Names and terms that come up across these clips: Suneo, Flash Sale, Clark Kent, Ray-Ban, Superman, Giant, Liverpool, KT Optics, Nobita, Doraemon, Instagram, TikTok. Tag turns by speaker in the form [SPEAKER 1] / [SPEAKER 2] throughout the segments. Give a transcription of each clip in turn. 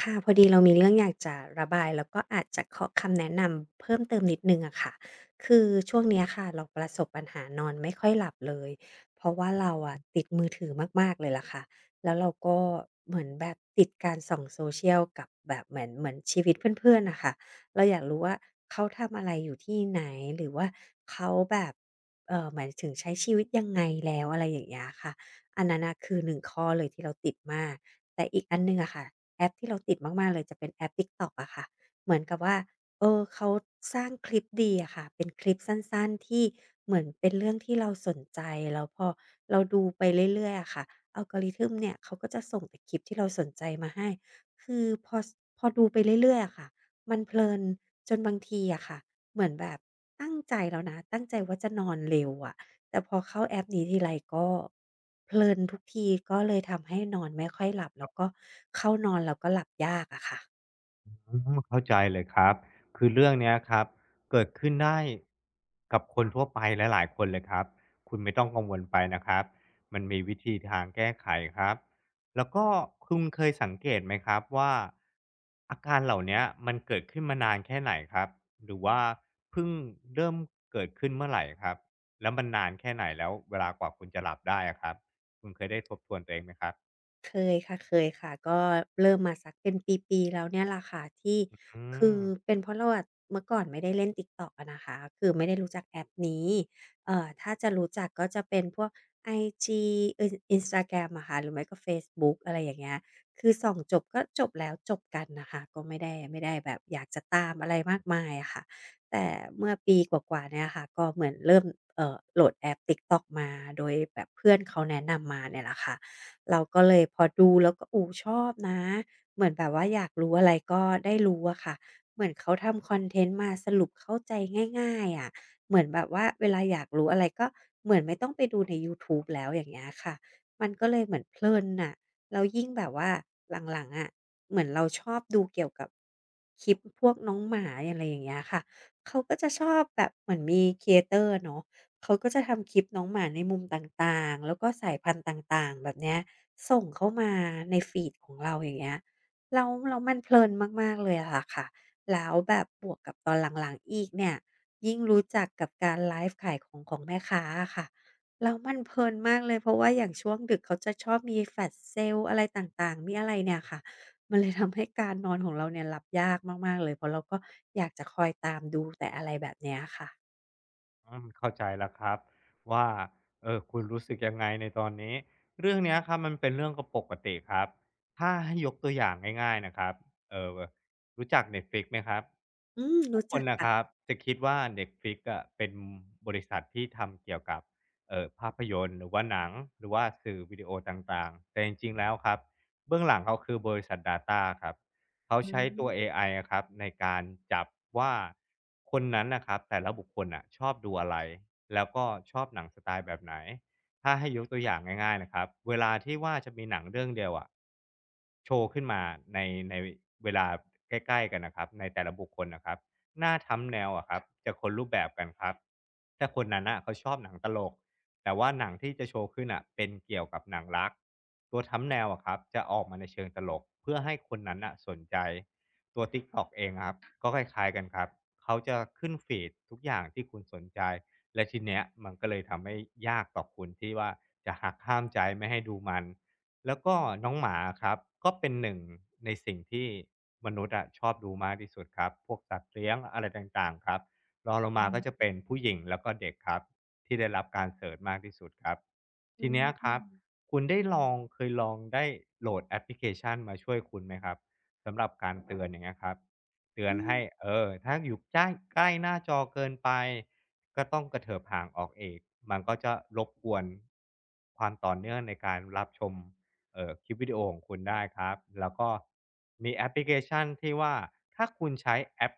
[SPEAKER 1] ค่ะพอดีเรามีเรื่องอยากจะระบายแล้วก็อาจจะขอคำแนะนำเพิ่มเติมนิดหนึ่งอะค่ะคือช่วงเนี้ยค่ะเราประสบปัญหานอนไม่ค่อยหลับเลยเพราะว่าเราอะติดมือถือมากๆเลยล่ะค่ะแล้วเราก็เหมือนแบบติดการส่อง social กับแบบเหมือนชีวิตเพื่อนๆน่ะค่ะเราอยากรู้ว่าเขาทำอะไรอยู่ที่ไหนหรือว่าเขาแบบหมายถึงใช้ชีวิตยังไงแล้วอะไรอย่างเงี้ยค่ะอันนั้นน่ะคือหนึ่งข้อเลยที่เราติดมากแต่อีกอันหนึ่งอะค่ะ แอปที่เราติดมากๆเลยจะเป็นแอป TikTok อะค่ะเหมือนกับว่าเขาสร้างคลิปดีอะค่ะเป็นคลิปสั้นๆที่เหมือนเป็นเรื่องที่เราสนใจแล้วพอเราดูไปเรื่อยๆอะค่ะ algorithm เนี่ยเขาก็จะส่งแต่คลิปที่เราสนใจมาให้คือพอดูไปเรื่อยๆอะค่ะมันเพลินจนบางทีอะค่ะเหมือนแบบตั้งใจแล้วนะตั้งใจว่าจะนอนเร็วอะ แต่พอเข้าแอปนี้ทีไรก็เพลินทุกทีก็เลยทำให้นอนไม่ค่อยหลับแล้วก็เข้านอนแล้วก็หลับยากอะค่ะ
[SPEAKER 2] อืมเข้าใจเลยครับคือเรื่องเนี้ยครับเกิดขึ้นได้กับคนทั่วไปหลายๆคนเลยครับคุณไม่ต้องกังวลไปนะครับมันมีวิธีทางแก้ไขครับแล้วก็คุณเคยสังเกตไหมครับว่าอาการเหล่าเนี้ยมันเกิดขึ้นมานานแค่ไหนครับหรือว่าเพิ่งเริ่มเกิดขึ้นเมื่อไหร่ครับแล้วมันนานแค่ไหนแล้วเวลากว่าคุณจะหลับได้อะครับคุณเคยได้ทบทวนตัวเองไหมครับ
[SPEAKER 1] เคยค่ะเคยค่ะก็เริ่มมาสักเป็นปีๆแล้วเนี่ยแหละค่ะที่
[SPEAKER 2] อื
[SPEAKER 1] คือ
[SPEAKER 2] ม
[SPEAKER 1] เป็นเพราะเราอะเมื่อก่อนไม่ได้เล่น TikTok อะนะคะคือไม่ได้รู้จักแอปนี้ถ้าจะรู้จักก็จะเป็นพวกไอจีเอ่อ Instagram อะค่ะหรือไม่ก็เฟซบุ๊กอะไรอย่างเงี้ยคือส่องจบก็จบแล้วจบกันน่ะค่ะก็ไม่ได้แบบอยากจะตามอะไรมากมายอะค่ะแต่เมื่อปีกว่าๆเนี่ยค่ะก็เหมือนเริ่มโหลดแอป TikTok มาโดยแบบเพื่อนเขาแนะนำมาเนี่ยแหละค่ะ เราก็เลยพอดูแล้วก็อูชอบนะ เหมือนแบบว่าอยากรู้อะไรก็ได้รู้อะค่ะ เหมือนเขาทำคอนเทนต์มาสรุปเข้าใจง่ายๆอะเหมือนแบบว่าเวลาอยากรู้อะไรก็เหมือนไม่ต้องไปดูในยูทูบแล้วอย่างเงี้ยค่ะมันก็เลยเหมือนเพลินน่ะแล้วยิ่งแบบว่าหลังๆอะเหมือนเราชอบดูเกี่ยวกับคลิปพวกน้องหมาอะไรอย่างเงี้ยค่ะเขาก็จะชอบแบบเหมือนมีครีเอเตอร์อะเนาะเขาก็จะทำคลิปน้องหมาในมุมต่างๆแล้วก็สายพันธุ์ต่างๆแบบเนี้ย ส่งเข้ามาในฟีดของเราอย่างเงี้ยแล้วมันเพลินมากๆเลยอะล่ะค่ะแล้วแบบบวกกับตอนหลังๆอีกเนี่ยยิ่งรู้จักกับการไลฟ์ขายของของแม่ค้าอะค่ะแล้วมันเพลินมากเลยเพราะว่าอย่างช่วงดึกเขาจะชอบมี Flash Sale อะไรต่างๆมีอะไรเนี่ยค่ะมันเลยทำให้การนอนของเราเนี่ยหลับยากมากๆเลยเพราะเราก็อยากจะคอยตามดูแต่อะไรแบบเนี้ยค่ะ
[SPEAKER 2] อืมเข้าใจแล้วครับว่าคุณรู้สึกยังไงในตอนนี้เรื่องเนี้ยครับมันเป็นเรื่องก็ปกติครับถ้าให้ยกตัวอย่างง่ายๆนะครับเออรู้จัก Netflix ไหมครับ
[SPEAKER 1] อืม
[SPEAKER 2] ทุก
[SPEAKER 1] รู้
[SPEAKER 2] ค
[SPEAKER 1] จั
[SPEAKER 2] น
[SPEAKER 1] ก
[SPEAKER 2] นะ
[SPEAKER 1] ค่ะ
[SPEAKER 2] ครับจะคิดว่า Netflix อะเป็นบริษัทที่ทำเกี่ยวกับภาพยนตร์หรือว่าหนังหรือว่าสื่อวิดีโอต่างๆแต่จริงๆแล้วครับเบื้องหลังเขาคือบริษัท Data ครับ เขา
[SPEAKER 1] อื
[SPEAKER 2] ใช้ตัวเอ
[SPEAKER 1] ม
[SPEAKER 2] ไออะครับในการจับว่าคนนั้นน่ะครับแต่ละบุคคลน่ะชอบดูอะไรแล้วก็ชอบหนังสไตล์แบบไหนถ้าให้ยกตัวอย่างง่ายๆนะครับเวลาที่ว่าจะมีหนังเรื่องเดียวอะโชว์ขึ้นมาในในเวลาใกล้ๆกันน่ะครับในแต่ละบุคคลน่ะครับหน้าทำแนวอะครับจะคนรูปแบบกันครับแต่คนนั้นน่ะเขาชอบหนังตลก แต่ว่าหนังที่จะโชว์ขึ้นอ่ะเป็นเกี่ยวกับหนังรักตัวทำแนวอะครับจะออกมาในเชิงตลกเพื่อให้คนนั้นอ่ะสนใจตัว TikTok เองอะครับก็คล้ายๆกันครับเขาจะขึ้นฟีดทุกอย่างที่คุณสนใจและทีเนี้ยมันก็เลยทำให้ยากต่อคุณที่ว่าจะหักห้ามใจไม่ให้ดูมันแล้วก็น้องหมาะครับก็เป็นหนึ่งในสิ่งที่มนุษย์อะชอบดูมากที่สุดครับพวกสัตว์เลี้ยงอะไรต่างๆครับ รองลงมา
[SPEAKER 1] อื
[SPEAKER 2] ก็จะ
[SPEAKER 1] ม
[SPEAKER 2] เป็นผู้หญิงแล้วก็เด็กครับที่ได้รับการเสิร์ชมากที่สุดครับ
[SPEAKER 1] อื
[SPEAKER 2] ทีเนี้ยครับ
[SPEAKER 1] ม
[SPEAKER 2] คุณได้ลองเคยลองได้โหลดแอปพลิเคชันมาช่วยคุณไหมครับสำหรับการเตือนอย่างเงี้ยครับเตือ
[SPEAKER 1] อื
[SPEAKER 2] น
[SPEAKER 1] ม
[SPEAKER 2] ให้ถ้าอยู่ใกล้ใกล้หน้าจอเกินไปก็ต้องกระเถิบห่างออกเองกมันก็จะรบกวนความต่อเนื่องในการรับชมคลิปวิดีโอของคุณได้ครับแล้วก็มีแอปพลิเคชันที่ว่าถ้าคุณใช้แอป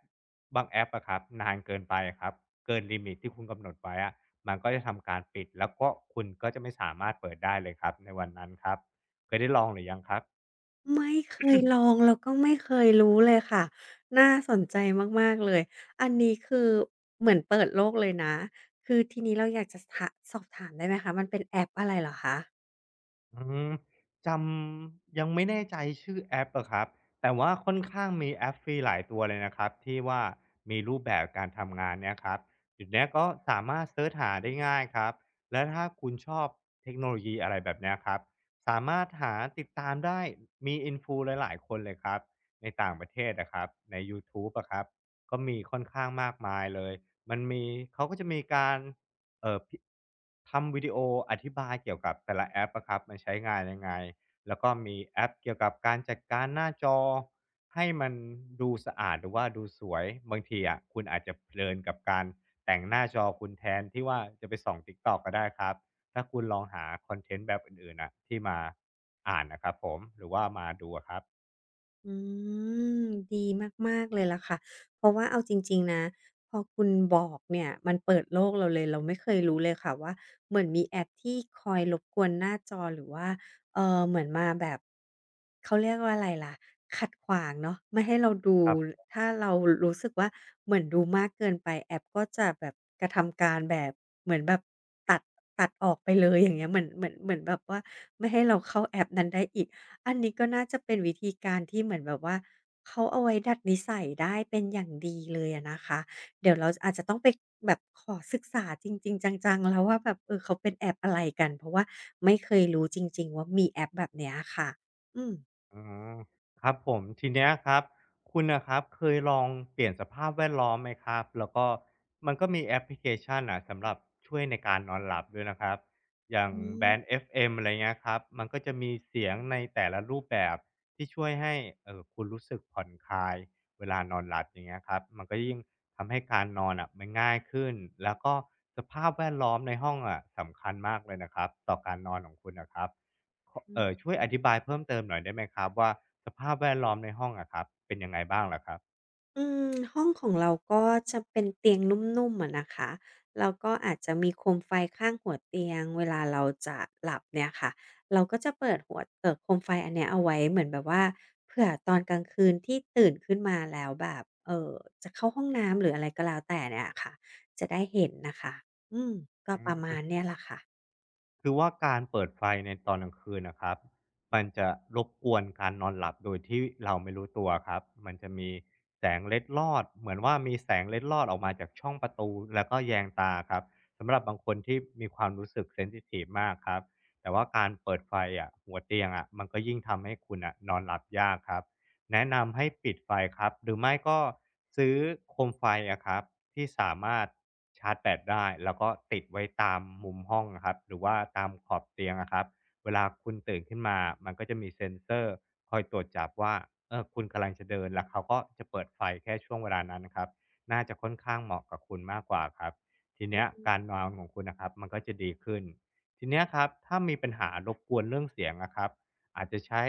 [SPEAKER 2] บางแอปอะครับนานเกินไปครับเกินลิมิตที่คุณกำหนดไว้อะมันก็จะทำการปิดแล้วก็คุณก็จะไม่สามารถเปิดได้เลยครับในวันนั้นครับเคยได้ลองหรือยังครับ
[SPEAKER 1] ไม่เคยลองแล้วก็ไม่เคยรู้เลยค่ะน่าสนใจมากๆเลยอันนี้คือเหมือนเปิดโลกเลยนะคือทีนี้เราอยากจะสอบถามได้ไหมคะมันเป็นแอปอะไรเหรอคะ
[SPEAKER 2] อืมจำยังไม่แน่ใจชื่อแอปอะครับแต่ว่าค่อนข้างมีแอปฟรีหลายตัวเลยนะครับที่ว่ามีรูปแบบการทำงานเนี่ยครับเดี๋ยวเนี้ยก็สามารถเซิร์ชหาได้ง่ายครับแล้วถ้าคุณชอบเทคโนโลยีอะไรแบบเนี้ยครับสามารถหาติดตามได้มี Influ หลายๆคนเลยครับในต่างประเทศอะครับในยูทูบอะครับก็มีค่อนข้างมากมายเลยมันมีเขาก็จะมีการ เอ่อพิทำวิดีโออธิบายเกี่ยวกับแต่ละแอปอะครับมันใช้งานยังไงแล้วก็มีแอปเกี่ยวกับการจัดการหน้าจอให้มันดูสะอาดหรือว่าดูสวยบางทีอะคุณอาจจะเพลินกับการแต่งหน้าจอคุณแทนที่ว่าจะไปส่อง TikTok ก็ได้ครับถ้าคุณลองหาคอนเทนต์แบบอื่นๆน่ะที่มาอ่านนะครับผมหรือว่ามาดูอะครับ
[SPEAKER 1] อืมดีมากๆเลยล่ะค่ะเพราะว่าเอาจริงๆนะพอคุณบอกเนี่ยมันเปิดโลกเราเลยเราไม่เคยรู้เลยค่ะว่าเหมือนมีแอปที่คอยรบกวนหน้าจอหรือว่าเหมือนมาแบบเขาเรียกว่าอะไรล่ะขัดขวางเนาะไม่ให้เราดูถ้าเรารู้สึกว่าเหมือนดูมากเกินไปแอปก็จะแบบกระทำการแบบเหมือนแบบตัดตัดออกไปเลยอย่างเงี้ยเหมือนแบบว่าไม่ให้เราเข้าแอปนั้นได้อีก อันนี้ก็น่าจะเป็นวิธีการที่เหมือนแบบว่าเขาเอาไว้ดัดนิสัยได้เป็นอย่างดีเลยอะนะคะเดี๋ยวเราอาจจะต้องไปแบบขอศึกษาจริงๆจังๆแล้วว่าแบบเออเขาเป็นแอปอะไรกันเพราะว่าไม่เคยรู้จริงๆว่ามีแอปแบบเนี้ยค่ะอืม
[SPEAKER 2] อืมครับผมทีเนี้ยครับคุณนะครับเคยลองเปลี่ยนสภาพแวดล้อมไหมครับแล้วก็มันก็มีแอปพลิเคชันอ่ะสำหรับช่วยในการนอนหลับด้วยนะครับอย่างแบรนด์
[SPEAKER 1] อ
[SPEAKER 2] FM อฟเอ็มอะไรเงี้ยครับมันก็จะมีเสียงในแต่ละรูปแบบที่ช่วยให้คุณรู้สึกผ่อนคลายเวลานอนหลับอย่างเงี้ยครับมันก็ยิ่งทำให้การนอนอ่ะมันง่ายขึ้นแล้วก็สภาพแวดล้อมในห้องอะสำคัญมากเลยนะครับต่อการนอนของคุณนะครับ ขอ
[SPEAKER 1] ืม
[SPEAKER 2] ช่วยอธิบายเพิ่มเติมหน่อยได้ไหมครับว่าสภาพแวดล้อมในห้องอะครับเป็นยังไงบ้างเหรอครับ
[SPEAKER 1] อืมห้องของเราก็จะเป็นเตียงนุ่มๆอะนะคะแล้วก็อาจจะมีโคมไฟข้างหัวเตียงเวลาเราจะหลับเนี่ยค่ะเราก็จะเปิดหัวโคมไฟอันเนี้ยเอาไว้เหมือนแบบว่าเผื่อตอนกลางคืนที่ตื่นขึ้นมาแล้วแบบจะเข้าห้องน้ำหรืออะไรก็แล้วแต่เนี่ยค่ะจะได้เห็นน่ะค่ะอืมก็
[SPEAKER 2] อื
[SPEAKER 1] ประมา
[SPEAKER 2] ม
[SPEAKER 1] ณเนี้ยแหละค่ะ
[SPEAKER 2] คือว่าการเปิดไฟในตอนกลางคืนน่ะครับมันจะรบกวนการนอนหลับโดยที่เราไม่รู้ตัวครับมันจะมีแสงเล็ดลอดเหมือนว่ามีแสงเล็ดลอดออกมาจากช่องประตูแล้วก็แยงตาครับสำหรับบางคนที่มีความรู้สึกเซนซิทิฟมากครับแต่ว่าการเปิดไฟอะหัวเตียงอะมันก็ยิ่งทำให้คุณน่ะนอนหลับยากครับ แนะนำให้ปิดไฟครับ หรือไม่ก็ซื้อโคมไฟอะครับที่สามารถชาร์จแบตได้แล้วก็ติดไว้ตามมุมห้องอะครับหรือว่าตามขอบเตียงอะครับเวลาคุณตื่นขึ้นมามันก็จะมีเซ็นเซอร์คอยตรวจจับว่าเออคุณกำลังจะเดินแล้วเขาก็จะเปิดไฟแค่ช่วงเวลานั้นนะครับน่าจะค่อนข้างเหมาะกับคุณมากกว่าครับทีเนี้ยการนอนของคุณนะครับมันก็จะดีขึ้นทีเนี้ยครับถ้ามีปัญหารบกวนเรื่องเสียงนะครับ อาจจะใช้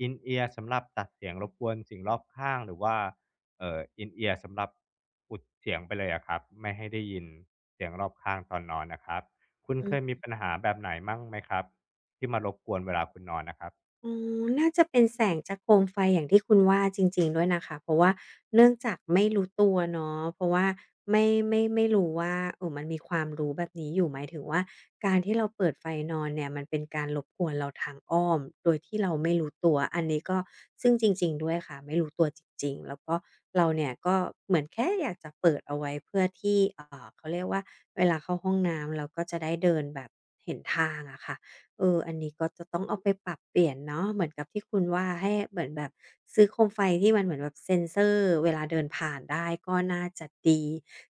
[SPEAKER 2] In-ear สำหรับตัดเสียงรบกวนสิ่งรอบข้างหรือว่าIn-ear สำหรับอุดเสียงไปเลยอะครับไม่ให้ได้ยินเสียงรอบข้างตอนนอนนะครับคุณ
[SPEAKER 1] อื
[SPEAKER 2] เคย
[SPEAKER 1] ม
[SPEAKER 2] มีปัญหาแบบไหนมั่งไหมครับที่มารบกวนเวลาคุณนอนนะครับ
[SPEAKER 1] อ๋อน่าจะเป็นแสงจากโคมไฟอย่างที่คุณว่าจริงๆด้วยนะคะเพราะว่าเนื่องจากไม่รู้ตัวเนาะเพราะว่าไม่รู้ว่ามันมีความรู้แบบนี้อยู่หมายถึงว่าการที่เราเปิดไฟนอนเนี่ยมันเป็นการรบกวนเราทางอ้อมโดยที่เราไม่รู้ตัวอันนี้ก็ซึ่งจริงๆด้วยค่ะไม่รู้ตัวจริงๆแล้วก็เราเนี่ยก็เหมือนแค่อยากจะเปิดเอาไว้เพื่อที่เขาเรียกว่าเวลาเข้าห้องน้ำเราก็จะได้เดินแบบเห็นทางอะค่ะ เอออันนี้ก็จะต้องเอาไปปรับเปลี่ยนเนาะ เหมือนกับที่คุณว่าให้เหมือนแบบซื้อโคมไฟที่มันเหมือนแบบเซ็นเซอร์เวลาเดินผ่านได้ก็น่าจะดี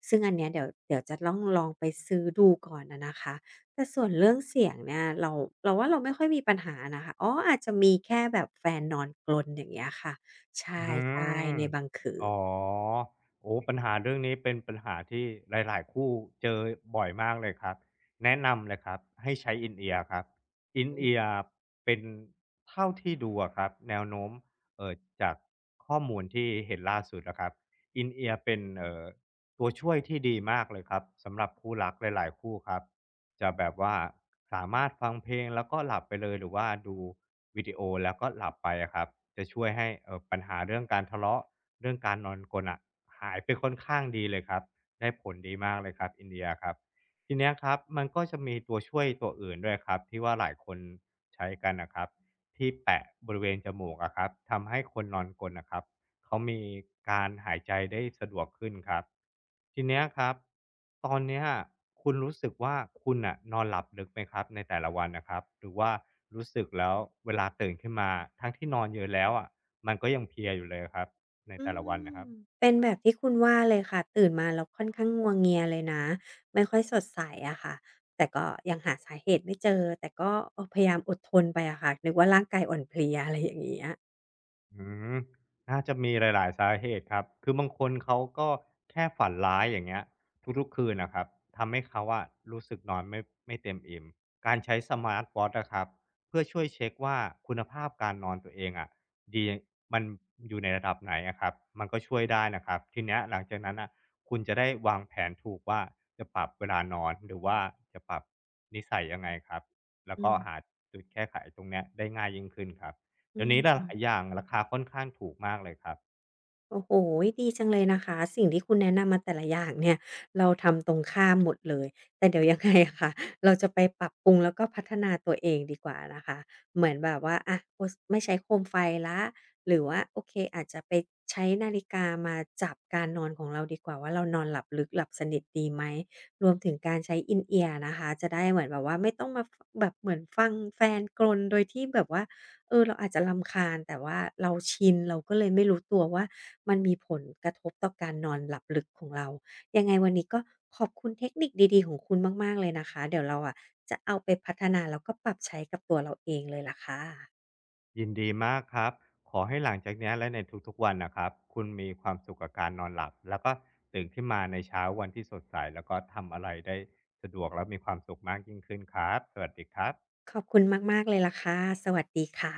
[SPEAKER 1] ซึ่งอันเนี้ยเดี๋ยวจะต้องลองไปซื้อดูก่อนอะนะคะ แต่ส่วนเรื่องเสียงเนี่ยเราว่าเราไม่ค่อยมีปัญหานะคะอ๋ออาจจะมีแค่แบบแฟนนอนกรนอย่างเงี้ยค่ะใช
[SPEAKER 2] อื
[SPEAKER 1] ่ๆ
[SPEAKER 2] ม
[SPEAKER 1] ในบางคื
[SPEAKER 2] อ๋อ
[SPEAKER 1] น
[SPEAKER 2] โอ้ปัญหาเรื่องนี้เป็นปัญหาที่หลายๆคู่เจอบ่อยมากเลยครับ แนะนำเลยครับให้ใช้ In-ear ครับ In-ear เป็นเท่าที่ดูอะครับแนวโน้มเอ่อจากข้อมูลที่เห็นล่าสุดอะครับ In-ear เป็นตัวช่วยที่ดีมากเลยครับสำหรับคู่รักหลายๆคู่ครับจะแบบว่าสามารถฟังเพลงแล้วก็หลับไปเลยหรือว่าดู วิดีโอแล้วก็หลับไปอะครับจะช่วยให้ปัญหาเรื่องการทะเลาะเรื่องการนอนกรนอะหายไปค่อนข้างดีเลยครับได้ผลดีมากเลยครับอินเดียครับทีเนี้ยครับมันก็จะมีตัวช่วยตัวอื่นด้วยครับที่ว่าหลายคนใช้กันนะครับที่แปะบริเวณจมูกอะครับทำให้คนนอนกรนนะครับ เขามีการหายใจได้สะดวกขึ้นครับทีเนี้ยครับตอนเนี้ยคุณรู้สึกว่าคุณนะนอนหลับลึกไหมครับในแต่ละวันนะครับหรือว่ารู้สึกแล้วเวลาตื่นขึ้นมาทั้งที่นอนเยอะแล้วอะมันก็ยังเพลียอยู่เลยครับใน
[SPEAKER 1] อื
[SPEAKER 2] แต่ละวันนะค
[SPEAKER 1] ม
[SPEAKER 2] รับ
[SPEAKER 1] เป็นแบบที่คุณว่าเลยค่ะตื่นมาแล้วค่อนข้างงัวเงียเลยนะไม่ค่อยสดใสอะค่ะแต่ก็ยังหาสาเหตุไม่เจอแต่ก็เออพยายามอดทนไปอะค่ะนึกว่าร่างกายอ่อนเพลียอะไรอย่างเงี้ย
[SPEAKER 2] อืมน่าจะมีหลายๆสาเหตุครับ คือบางคนเขาก็แค่ฝันร้ายอย่างเงี้ยทุกๆคืนนะครับทำให้เขาอะรู้สึกนอนไม่เต็มอิ่มการใช้สมาร์ตวอตช์อะครับเพื่อช่วยเช็กว่าคุณภาพการนอนตัวเองอะดีมันอยู่ในระดับไหนอะครับมันก็ช่วยได้นะครับทีเนี้ยหลังจากนั้นน่ะคุณจะได้วางแผนถูกว่าจะปรับเวลานอนหรือว่าจะปรับนิสัยยังไงครับแล้ว
[SPEAKER 1] อื
[SPEAKER 2] ก็หา
[SPEAKER 1] ม
[SPEAKER 2] จุดแก้ไขตรงเนี้ยได้ง่ายยิ่งขึ้นครับ
[SPEAKER 1] อื
[SPEAKER 2] เดี๋ยวนี้ห
[SPEAKER 1] ม
[SPEAKER 2] ลายๆอย่างราคาค่อนข้างถูกมากเลยครับ
[SPEAKER 1] โอ้โฮดีจังเลยนะคะ สิ่งที่คุณแนะนำมาแต่ละอย่างเนี่ยเราทำตรงข้ามหมดเลยแต่เดี๋ยวยังไงอะค่ะ เราจะไปปรับปรุงแล้วก็พัฒนาตัวเองดีกว่านะคะเหมือนแบบว่าอะโอสไม่ใช้โคมไฟแล้วหรือว่าโอเคอาจจะไปใช้นาฬิกามาจับการนอนของเราดีกว่าว่าเรานอนหลับลึกหลับสนิทดีไหมรวมถึงการใช้ In-ear นะคะจะได้เหมือนแบบว่าไม่ต้องมาฟแบบเหมือนฟังแฟนกรนโดยที่แบบว่า เออเราอาจจะรำคาญแต่ว่าเราชินเราก็เลยไม่รู้ตัวว่ามันมีผลกระทบต่อการนอนหลับลึกของเรายังไงวันนี้ก็ขอบคุณเทคนิคดีๆของคุณมากๆเลยนะคะเดี๋ยวเราอะจะเอาไปพัฒนาแล้วก็ปรับใช้กับตัวเราเองเลยล่ะค่ะ
[SPEAKER 2] ยินดีมากครับขอให้หลังจากเนี้ยและในทุกๆวันน่ะครับคุณมีความสุขกับการนอนหลับแล้วก็ตื่นขึ้นมาในเช้าวันที่สดใสแล้วก็ทำอะไรได้สะดวกและมีความสุขมากยิ่งขึ้นครับสวัสดีครับ
[SPEAKER 1] ขอบคุณมากๆเลยล่ะค่ะสวัสดีค่ะ